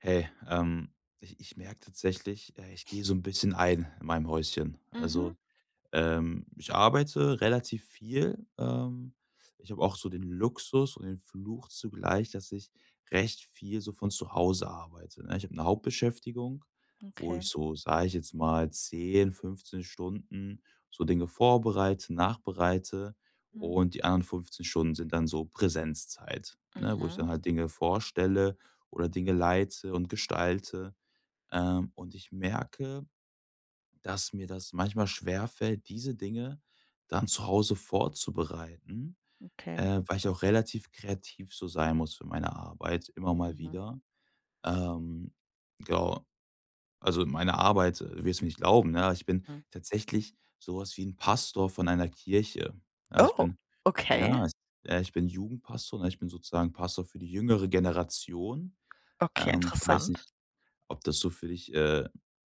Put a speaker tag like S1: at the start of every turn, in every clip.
S1: Hey, ich merke tatsächlich, ich gehe so ein bisschen ein in meinem Häuschen.
S2: Mhm,
S1: Also ich arbeite relativ viel. Ich habe auch so den Luxus und den Fluch zugleich, dass ich recht viel so von zu Hause arbeite, ne? Ich habe eine Hauptbeschäftigung, wo
S2: okay.
S1: ich so, sage ich jetzt mal, 10, 15 Stunden so Dinge vorbereite, nachbereite
S2: Mhm.
S1: und die anderen 15 Stunden sind dann so Präsenzzeit, ne, wo ich dann
S2: Mhm,
S1: halt Dinge vorstelle oder Dinge leite und gestalte. Und ich merke, dass mir das manchmal schwerfällt, diese Dinge dann zu Hause vorzubereiten,
S2: okay.
S1: weil ich auch relativ kreativ so sein muss für meine Arbeit, immer mal
S2: Mhm,
S1: wieder. Ähm, genau, also meine Arbeit, du wirst mir nicht glauben, ne? Aber ich bin
S2: mhm.
S1: tatsächlich sowas wie ein Pastor von einer Kirche. Ja, ich
S2: Oh,
S1: bin,
S2: okay.
S1: ja, ich bin Jugendpastor, ne? Ich bin sozusagen Pastor für die jüngere Generation.
S2: Okay,
S1: Ich weiß
S2: interessant.
S1: nicht, ob das so für dich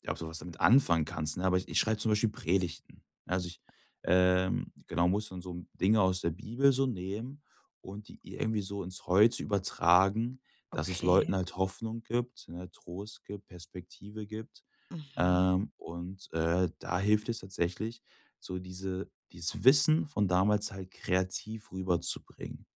S1: ja, ob du was damit anfangen kannst, ne? Aber ich schreibe zum Beispiel Predigten. Ja, also, genau, muss dann so Dinge aus der Bibel so nehmen und die irgendwie so ins Heute übertragen, dass es
S2: Okay.
S1: Leuten halt Hoffnung gibt, ne, Trost gibt, Perspektive gibt.
S2: Mhm.
S1: Und da hilft es tatsächlich, so dieses Wissen von damals halt kreativ rüberzubringen.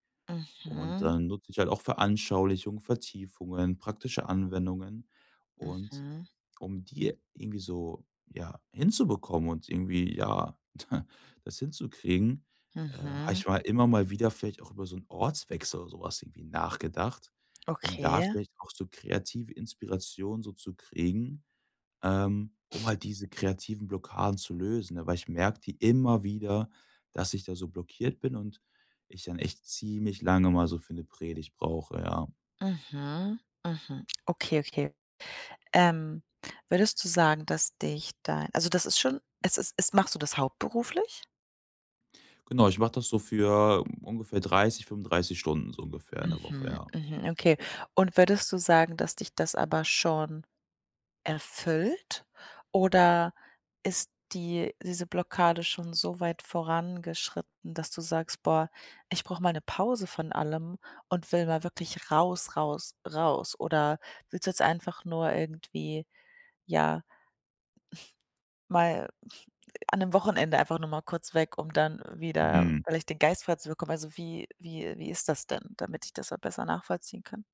S1: Und
S2: Mhm.
S1: dann nutze ich halt auch Veranschaulichungen, Vertiefungen, praktische Anwendungen und
S2: Mhm.
S1: um die irgendwie so, ja, hinzubekommen und irgendwie, ja, das hinzukriegen, habe
S2: Mhm.
S1: ich mal immer mal wieder vielleicht auch über so einen Ortswechsel oder sowas irgendwie nachgedacht, um da
S2: Okay.
S1: vielleicht auch so kreative Inspiration so zu kriegen, um halt diese kreativen Blockaden zu lösen, ne? Weil ich merke die immer wieder, dass ich da so blockiert bin und ich dann echt ziemlich lange mal so für eine Predigt brauche, ja.
S2: Mhm. Mhm. Okay, okay. Ähm, würdest du sagen, dass dich dein, also, das ist schon, es ist, es, machst du das hauptberuflich?
S1: Genau, ich mache das so für ungefähr 30, 35 Stunden so ungefähr in der Woche,
S2: Mhm,
S1: ja.
S2: mhm, okay. Und würdest du sagen, dass dich das aber schon erfüllt, oder ist diese Blockade schon so weit vorangeschritten, dass du sagst: „Boah, ich brauche mal eine Pause von allem und will mal wirklich raus, raus, raus.“ Oder willst du jetzt einfach nur irgendwie, ja, mal an einem Wochenende einfach nur mal kurz weg, um dann wieder
S1: Mhm.
S2: vielleicht den Geist frei zu bekommen? Also, wie ist das denn, damit ich das auch besser nachvollziehen kann?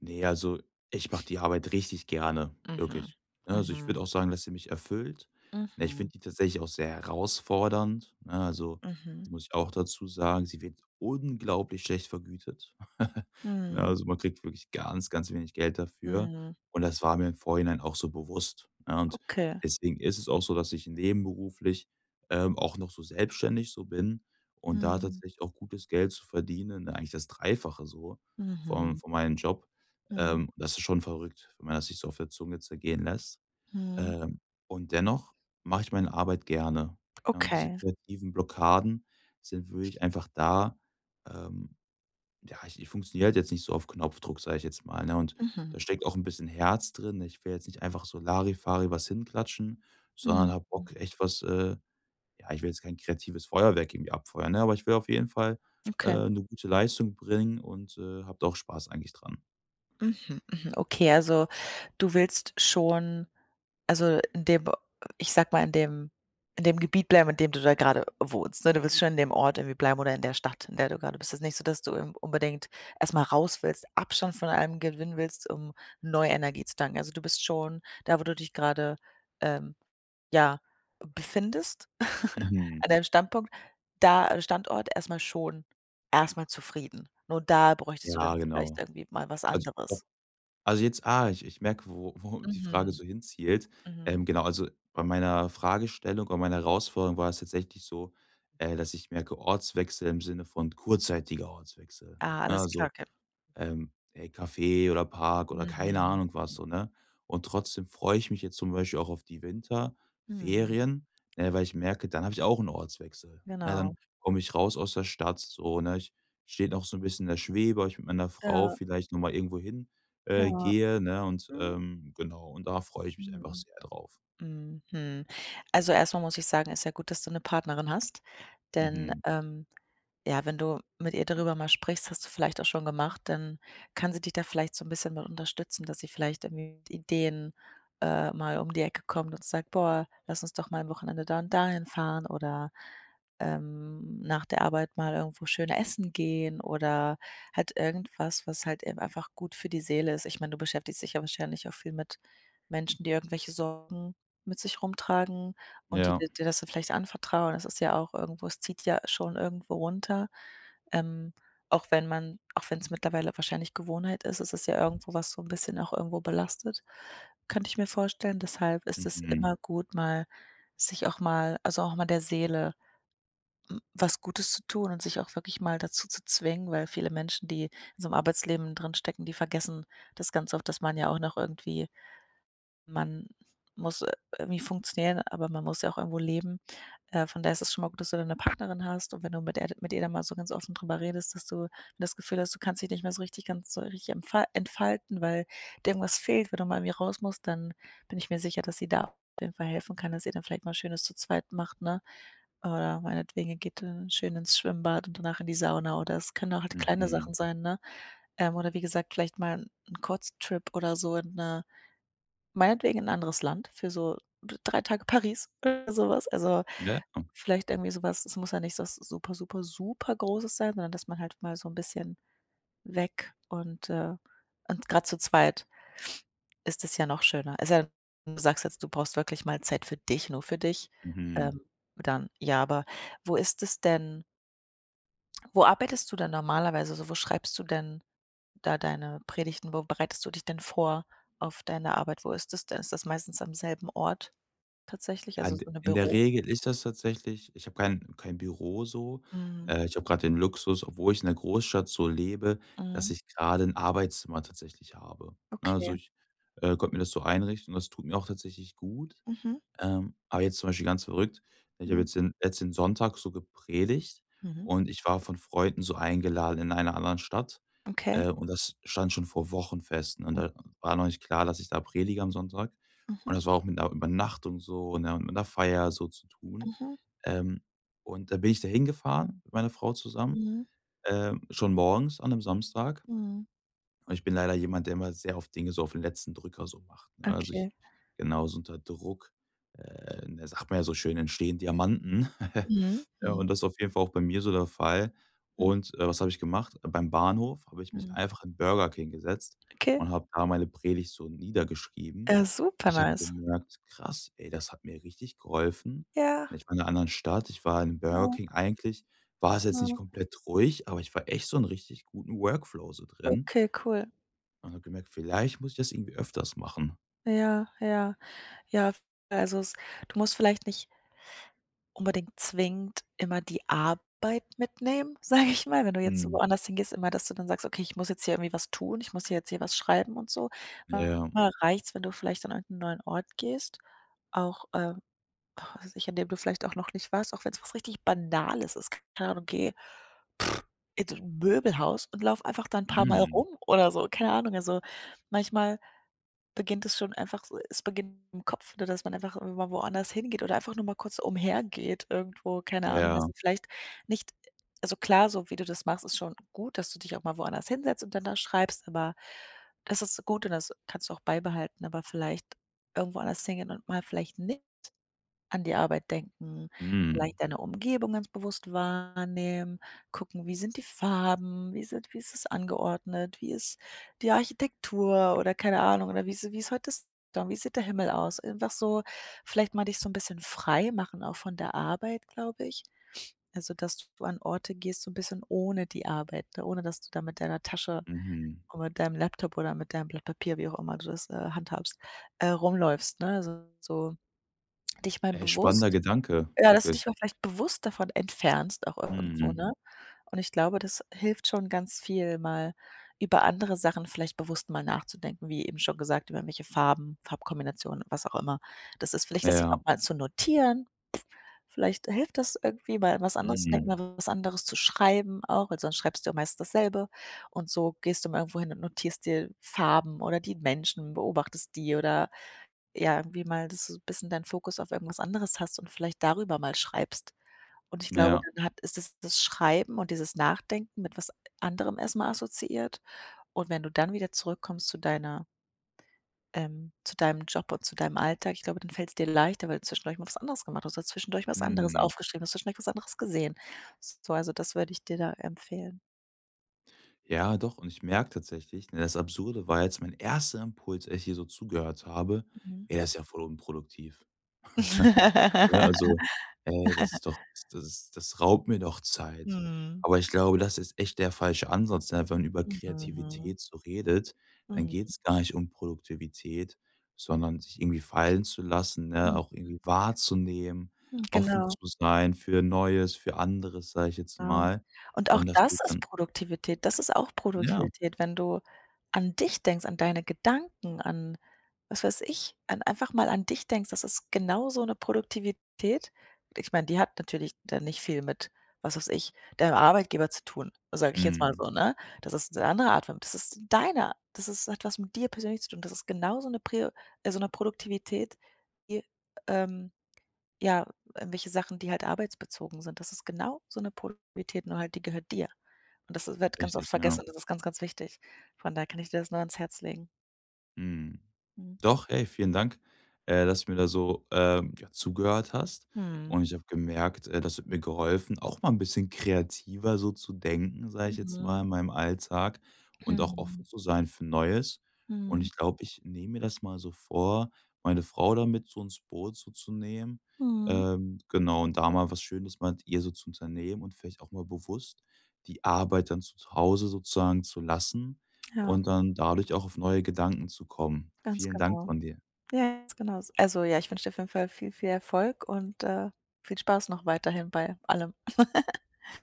S1: Nee, also, ich mache die Arbeit richtig gerne,
S2: Mhm.
S1: wirklich. Ne, also, ich
S2: Mhm.
S1: würde auch sagen, dass sie mich erfüllt. Ne, ich
S2: Mhm.
S1: finde die tatsächlich auch sehr herausfordernd, ne? Also, das
S2: Mhm.
S1: muss ich auch dazu sagen. Sie wird unglaublich schlecht vergütet. Ne,
S2: Mhm.
S1: also, man kriegt wirklich ganz, ganz wenig Geld dafür
S2: Mhm.
S1: und das war mir im Vorhinein auch so bewusst, ne? Und
S2: Okay.
S1: deswegen ist es auch so, dass ich nebenberuflich, auch noch so selbstständig so bin und da
S2: Mhm.
S1: tatsächlich auch gutes Geld zu verdienen. Ne, eigentlich das Dreifache so vom
S2: Mhm.
S1: von meinem Job.
S2: Mhm.
S1: Das ist schon verrückt, wenn man das sich so auf der Zunge zergehen lässt.
S2: Mhm.
S1: Ähm, und dennoch mache ich meine Arbeit gerne. Ja, und diese
S2: Okay.
S1: kreativen Blockaden sind wirklich einfach da. Ähm, ja, ich funktioniere halt jetzt nicht so auf Knopfdruck, sage ich jetzt mal. Ne? Und
S2: Mhm.
S1: da steckt auch ein bisschen Herz drin. Ne? Ich will jetzt nicht einfach so Larifari was hinklatschen, sondern
S2: Mhm.
S1: habe Bock, echt was, ja, ich will jetzt kein kreatives Feuerwerk irgendwie abfeuern, ne? Aber ich will auf jeden Fall
S2: Okay.
S1: eine gute Leistung bringen und habe da auch Spaß eigentlich dran.
S2: Mhm. Mhm. Okay, also, du willst schon, also, in dem, ich sage mal, in dem Gebiet bleiben, in dem du da gerade wohnst, ne? Du willst schon in dem Ort irgendwie bleiben oder in der Stadt, in der du gerade bist. Es ist nicht so, dass du im unbedingt erst mal raus willst, Abstand von allem gewinnen willst, um neue Energie zu tanken. Also, du bist schon da, wo du dich gerade, ähm ja, befindest
S1: Mhm.
S2: an deinem Standpunkt, da, Standort, erstmal schon, erstmal zufrieden. Nur da bräuchtest du
S1: Ja,
S2: dann vielleicht
S1: genau.
S2: irgendwie mal was
S1: Also, doch,
S2: anderes.
S1: jetzt ich merke, wo die Frage
S2: Mhm,
S1: so hinzielt.
S2: mhm.
S1: Genau, also, bei meiner Fragestellung und meiner Herausforderung war es tatsächlich so, dass ich merke, Ortswechsel im Sinne von kurzzeitiger Ortswechsel,
S2: Ah,
S1: ne?
S2: alles
S1: Also
S2: klar, okay.
S1: ey, Café oder Park oder keine
S2: Mhm,
S1: Ahnung was so, ne? Und trotzdem freue ich mich jetzt zum Beispiel auch auf die
S2: mhm,
S1: Winterferien, ne, weil ich merke, dann habe ich auch 'n Ortswechsel. Ja,
S2: genau.
S1: dann komme ich raus aus der Stadt so, ne? Ich stehe noch so ein bisschen in der Schwebe, ob ich mit meiner Frau
S2: Ja,
S1: vielleicht noch mal irgendwo hin,
S2: ja.
S1: gehe, ne? Und,
S2: Mhm,
S1: genau, und da freue ich mich einfach
S2: mhm,
S1: sehr drauf.
S2: mhm. Also, erstmal muss ich sagen, ist ja gut, dass du eine Partnerin hast, denn,
S1: Mhm.
S2: ja, wenn du mit ihr darüber mal sprichst, hast du vielleicht auch schon gemacht, dann kann sie dich da vielleicht so ein bisschen mit unterstützen, dass sie vielleicht irgendwie mit Ideen, mal um die Ecke kommt und sagt: „Boah, lass uns doch mal am Wochenende da und dahin fahren“, oder, nach der Arbeit mal irgendwo schön essen gehen oder halt irgendwas, was halt eben einfach gut für die Seele ist. Ich meine, du beschäftigst dich ja wahrscheinlich auch viel mit Menschen, die irgendwelche Sorgen mit sich rumtragen. Und die
S1: Ja.
S2: dir das dann vielleicht anvertrauen, das ist ja auch irgendwo, es zieht ja schon irgendwo runter. Ähm, auch wenn man, auch wenn es mittlerweile wahrscheinlich Gewohnheit ist, ist es ja irgendwo, was so ein bisschen auch irgendwo belastet, könnte ich mir vorstellen. Deshalb ist es
S1: Mhm.
S2: immer gut, mal sich auch mal, also auch mal der Seele, was Gutes zu tun und sich auch wirklich mal dazu zu zwingen, weil viele Menschen, die in so einem Arbeitsleben drinstecken, die vergessen das ganz oft, dass man ja auch noch irgendwie, man muss, irgendwie funktionieren, aber man muss ja auch irgendwo leben. Von daher ist es schon mal gut, dass du da 'ne Partnerin hast, und wenn du mit ihr da mal so ganz offen drüber redest, dass du wenn du das Gefühl hast, du kannst dich nicht mehr so richtig, ganz so richtig entfalten, weil dir irgendwas fehlt, wenn du mal irgendwie raus musst, dann bin ich mir sicher, dass sie da auf jeden Fall helfen kann, dass ihr dann vielleicht mal Schönes zu zweit macht, ne? Oder meinetwegen ihr geht, schön ins Schwimmbad und danach in die Sauna, oder es können auch halt kleine Sachen
S1: Mhm.
S2: sein, ne? Oder wie gesagt, vielleicht mal 'n Kurztrip oder so in 'ne meinetwegen in 'n anderes Land für so d 3 Tage Paris oder sowas. Also,
S1: Ja.
S2: vielleicht irgendwie sowas, es muss ja nicht so was super, super, super Großes sein, sondern dass man halt mal so ein bisschen weg, und gerade zu zweit ist es ja noch schöner. Es sei denn, du sagst jetzt, du brauchst wirklich mal Zeit für dich, nur für dich,
S1: Mhm.
S2: ähm, dann ja, aber wo ist es denn, wo arbeitest du denn normalerweise? Also, wo schreibst du denn da deine Predigten? Wo bereitest du dich denn vor auf deine Arbeit? Wo ist das denn? Ist das meistens am selben Ort? Tatsächlich,
S1: Ja,
S2: also
S1: in
S2: so 'ne
S1: der
S2: Büro,
S1: Regel ist das tatsächlich, ich habe kein Büro so.
S2: mhm,
S1: Ich habe grad den Luxus, obwohl ich in 'ner Großstadt so lebe, dass
S2: mhm,
S1: ich grade 'n Arbeitszimmer tatsächlich habe. Ne, also,
S2: okay.
S1: ich, konnte mir das so einrichten und das tut mir auch tatsächlich gut.
S2: Mhm,
S1: Aber jetzt zum Beispiel ganz verrückt, ich habe
S2: mhm,
S1: jetzt den letzten Sonntag so gepredigt
S2: mhm,
S1: und ich war von Freunden so eingeladen in einer anderen Stadt,
S2: okay.
S1: und das stand schon vor Wochen fest, ne? Und
S2: Mhm,
S1: da war noch nicht klar, dass ich da predige am Sonntag. Und
S2: mhm,
S1: das war auch mit 'ner Übernachtung so, ne, und mit 'ner Feier so zu tun.
S2: mhm,
S1: Ähm, und da bin ich da hingefahren mit meiner Frau zusammen,
S2: mhm,
S1: schon morgens an 'nem Samstag.
S2: mhm,
S1: Und ich bin leider jemand, der immer sehr oft Dinge so auf den letzten Drücker so macht, ne? Also, ich
S2: okay.
S1: genau, so unter Druck, ne, sagt man ja so schön, entstehen Diamanten.
S2: Mhm,
S1: Ja, und
S2: mhm,
S1: das ist auf jeden Fall auch bei mir so der Fall.
S2: mhm,
S1: Und, was habe ich gemacht? Beim Bahnhof habe ich mich
S2: mhm,
S1: einfach in Burger King gesetzt
S2: okay.
S1: und habe da meine Predigt so niedergeschrieben.
S2: Ja, super
S1: Ich habe
S2: nice.
S1: gemerkt: „Krass, ey, das hat mir richtig geholfen.“
S2: Ja,
S1: Ich war in einer anderen Stadt, ich war in Burger King.
S2: ja,
S1: Eigentlich war es jetzt nicht
S2: ja.
S1: komplett ruhig, aber ich war echt so in richtig guten Workflow so drin.
S2: Okay, cool.
S1: Und habe gemerkt, vielleicht muss ich das irgendwie öfters machen.
S2: Ja, ja. Ja, also, es du musst vielleicht nicht unbedingt zwingend immer die Arbeit mitnehmen, sage ich mal, wenn du jetzt
S1: Mhm.
S2: woanders hingehst, immer, dass du dann sagst: „Okay, ich muss jetzt hier irgendwie was tun, ich muss hier was schreiben und so.“
S1: Ja,
S2: Manchmal reicht's, wenn du vielleicht an irgend neuen Ort gehst, auch, was weiß ich, an dem du vielleicht auch noch nicht warst, auch wenn es was richtig Banales ist. Keine Ahnung, geh, pff, in so 'n Möbelhaus und lauf einfach da 'n paar Mal
S1: mhm,
S2: rum oder so, keine Ahnung. Also, manchmal beginnt es schon einfach, es beginnt im Kopf, ne, dass man einfach mal woanders hingeht oder einfach nur mal kurz umhergeht irgendwo, keine Ahnung.
S1: ja,
S2: Also, vielleicht nicht, also, klar, so wie du das machst, ist schon gut, dass du dich auch mal woanders hinsetzt und dann da schreibst, aber das ist gut und das kannst du auch beibehalten, aber vielleicht irgendwo anders hingehen und mal vielleicht nicht an die Arbeit denken,
S1: mhm,
S2: vielleicht deine Umgebung ganz bewusst wahrnehmen, gucken, wie sind die Farben, wie ist es angeordnet, wie ist die Architektur oder keine Ahnung, oder wie ist heute das, wie sieht der Himmel aus? Einfach so vielleicht mal dich so ein bisschen frei machen auch von der Arbeit, glaube ich. Also, dass du an Orte gehst, so ein bisschen ohne die Arbeit, ne, ohne dass du da mit deiner Tasche
S1: mhm.
S2: und mit deinem Laptop oder mit deinem Blatt Papier, wie auch immer du das, handhabst, rumläufst, ne? Also, so dich mal
S1: Ey, spannender
S2: bewusst,
S1: Gedanke,
S2: ja, dass du
S1: wirklich.
S2: dich mal vielleicht bewusst davon entfernst auch irgendwo,
S1: Mhm,
S2: ne? Und ich glaube, das hilft schon ganz viel, mal über andere Sachen vielleicht bewusst mal nachzudenken, wie eben schon gesagt, über welche Farben, Farbkombinationen, was auch immer. Das ist vielleicht das, sich auch
S1: ja,
S2: mal zu notieren. Vielleicht hilft das irgendwie, mal an was anderes zu denken,
S1: mhm,
S2: mal was anderes zu schreiben auch, weil sonst schreibst du ja meist dasselbe. Und so gehst du mal irgendwo hin und notierst dir Farben oder die Menschen, beobachtest die oder, ja, irgendwie mal, dass du ein bisschen deinen Fokus auf irgendwas anderes hast und vielleicht darüber mal schreibst. Und ich glaube,
S1: ja,
S2: dann hat ist es das Schreiben und dieses Nachdenken mit was anderem erst mal assoziiert. Und wenn du dann wieder zurückkommst zu deiner zu deinem Job und zu deinem Alltag, ich glaube, dann fällt's dir leichter, weil du zwischendurch mal was anderes gemacht hast, du hast zwischendurch was anderes
S1: mhm.
S2: aufgeschrieben, hast zwischendurch was anderes gesehen. So, also das würde ich dir da empfehlen.
S1: Ja, doch, und ich merke tatsächlich, ne, das Absurde war jetzt mein erster Impuls, als ich dir so zugehört habe:
S2: Mhm.
S1: „Ey, das ist ja voll unproduktiv.“ Ne, also: „Ey, das ist doch das ist das raubt mir doch Zeit.“
S2: Mhm.
S1: Aber ich glaube, das ist echt der falsche Ansatz, ne? Wenn man über
S2: Mhm.
S1: Kreativität so redet, dann
S2: Mhm.
S1: geht es gar nicht um Produktivität, sondern sich irgendwie fallen zu lassen, ne,
S2: Mhm.
S1: auch irgendwie wahrzunehmen,
S2: Mhm.
S1: offen
S2: Genau.
S1: zu sein für Neues, für anderes, sage ich jetzt
S2: Genau.
S1: mal.
S2: Und auch
S1: Und das tut
S2: das ist
S1: dann
S2: Produktivität. Das ist auch
S1: ja,
S2: Produktivität, wenn du an dich denkst, an deine Gedanken, an, was weiß ich, an einfach mal an dich denkst. Das ist genau so eine Produktivität. Ich meine, die hat natürlich dann nicht viel mit, was weiß ich, deinem Arbeitgeber zu tun, sage ich jetzt mal
S1: mhm,
S2: so, ne? Das ist eine andere Art von, das ist deiner. Das ist hat was mit dir persönlich zu tun. Das ist genau so eine Prio so eine Produktivität, die, ähm ja, irgendwelche Sachen, die halt arbeitsbezogen sind. Das ist genau so eine Priorität, nur halt die gehört dir. Und das i wird ganz
S1: richtig,
S2: oft
S1: ja,
S2: vergessen, und das ist ganz, ganz wichtig. Von daher kann ich dir das nur ans Herz legen.
S1: mhm.
S2: Mhm.
S1: Doch, hey, vielen Dank, dass du mir da so, ja, zugehört hast.
S2: Mhm.
S1: Und ich habe gemerkt, das hat mir geholfen, auch mal ein bisschen kreativer so zu denken, sage ich jetzt mal,
S2: Mhm.
S1: in meinem Alltag und auch offen
S2: Mhm.
S1: zu sein für Neues. Und
S2: Mhm.
S1: ich glaube, ich nehme mir das mal so vor, meine Frau damit so ins Boot so zu nehmen,
S2: Mhm.
S1: genau, und da mal was Schönes mal mit ihr so zu unternehmen und vielleicht auch mal bewusst die Arbeit dann zu Hause sozusagen zu lassen
S2: Ja,
S1: und dann dadurch auch auf neue Gedanken zu kommen.
S2: ganz
S1: Vielen Dank
S2: genau.
S1: von dir.
S2: Ja, ganz genau. Also, ja, ich wünsche dir auf jeden Fall viel, viel Erfolg und, viel Spaß noch weiterhin bei allem.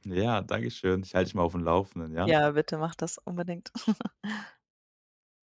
S1: Ja, danke schön. Ich halte dich mal auf dem Laufenden, ja?
S2: Ja, bitte mach das unbedingt.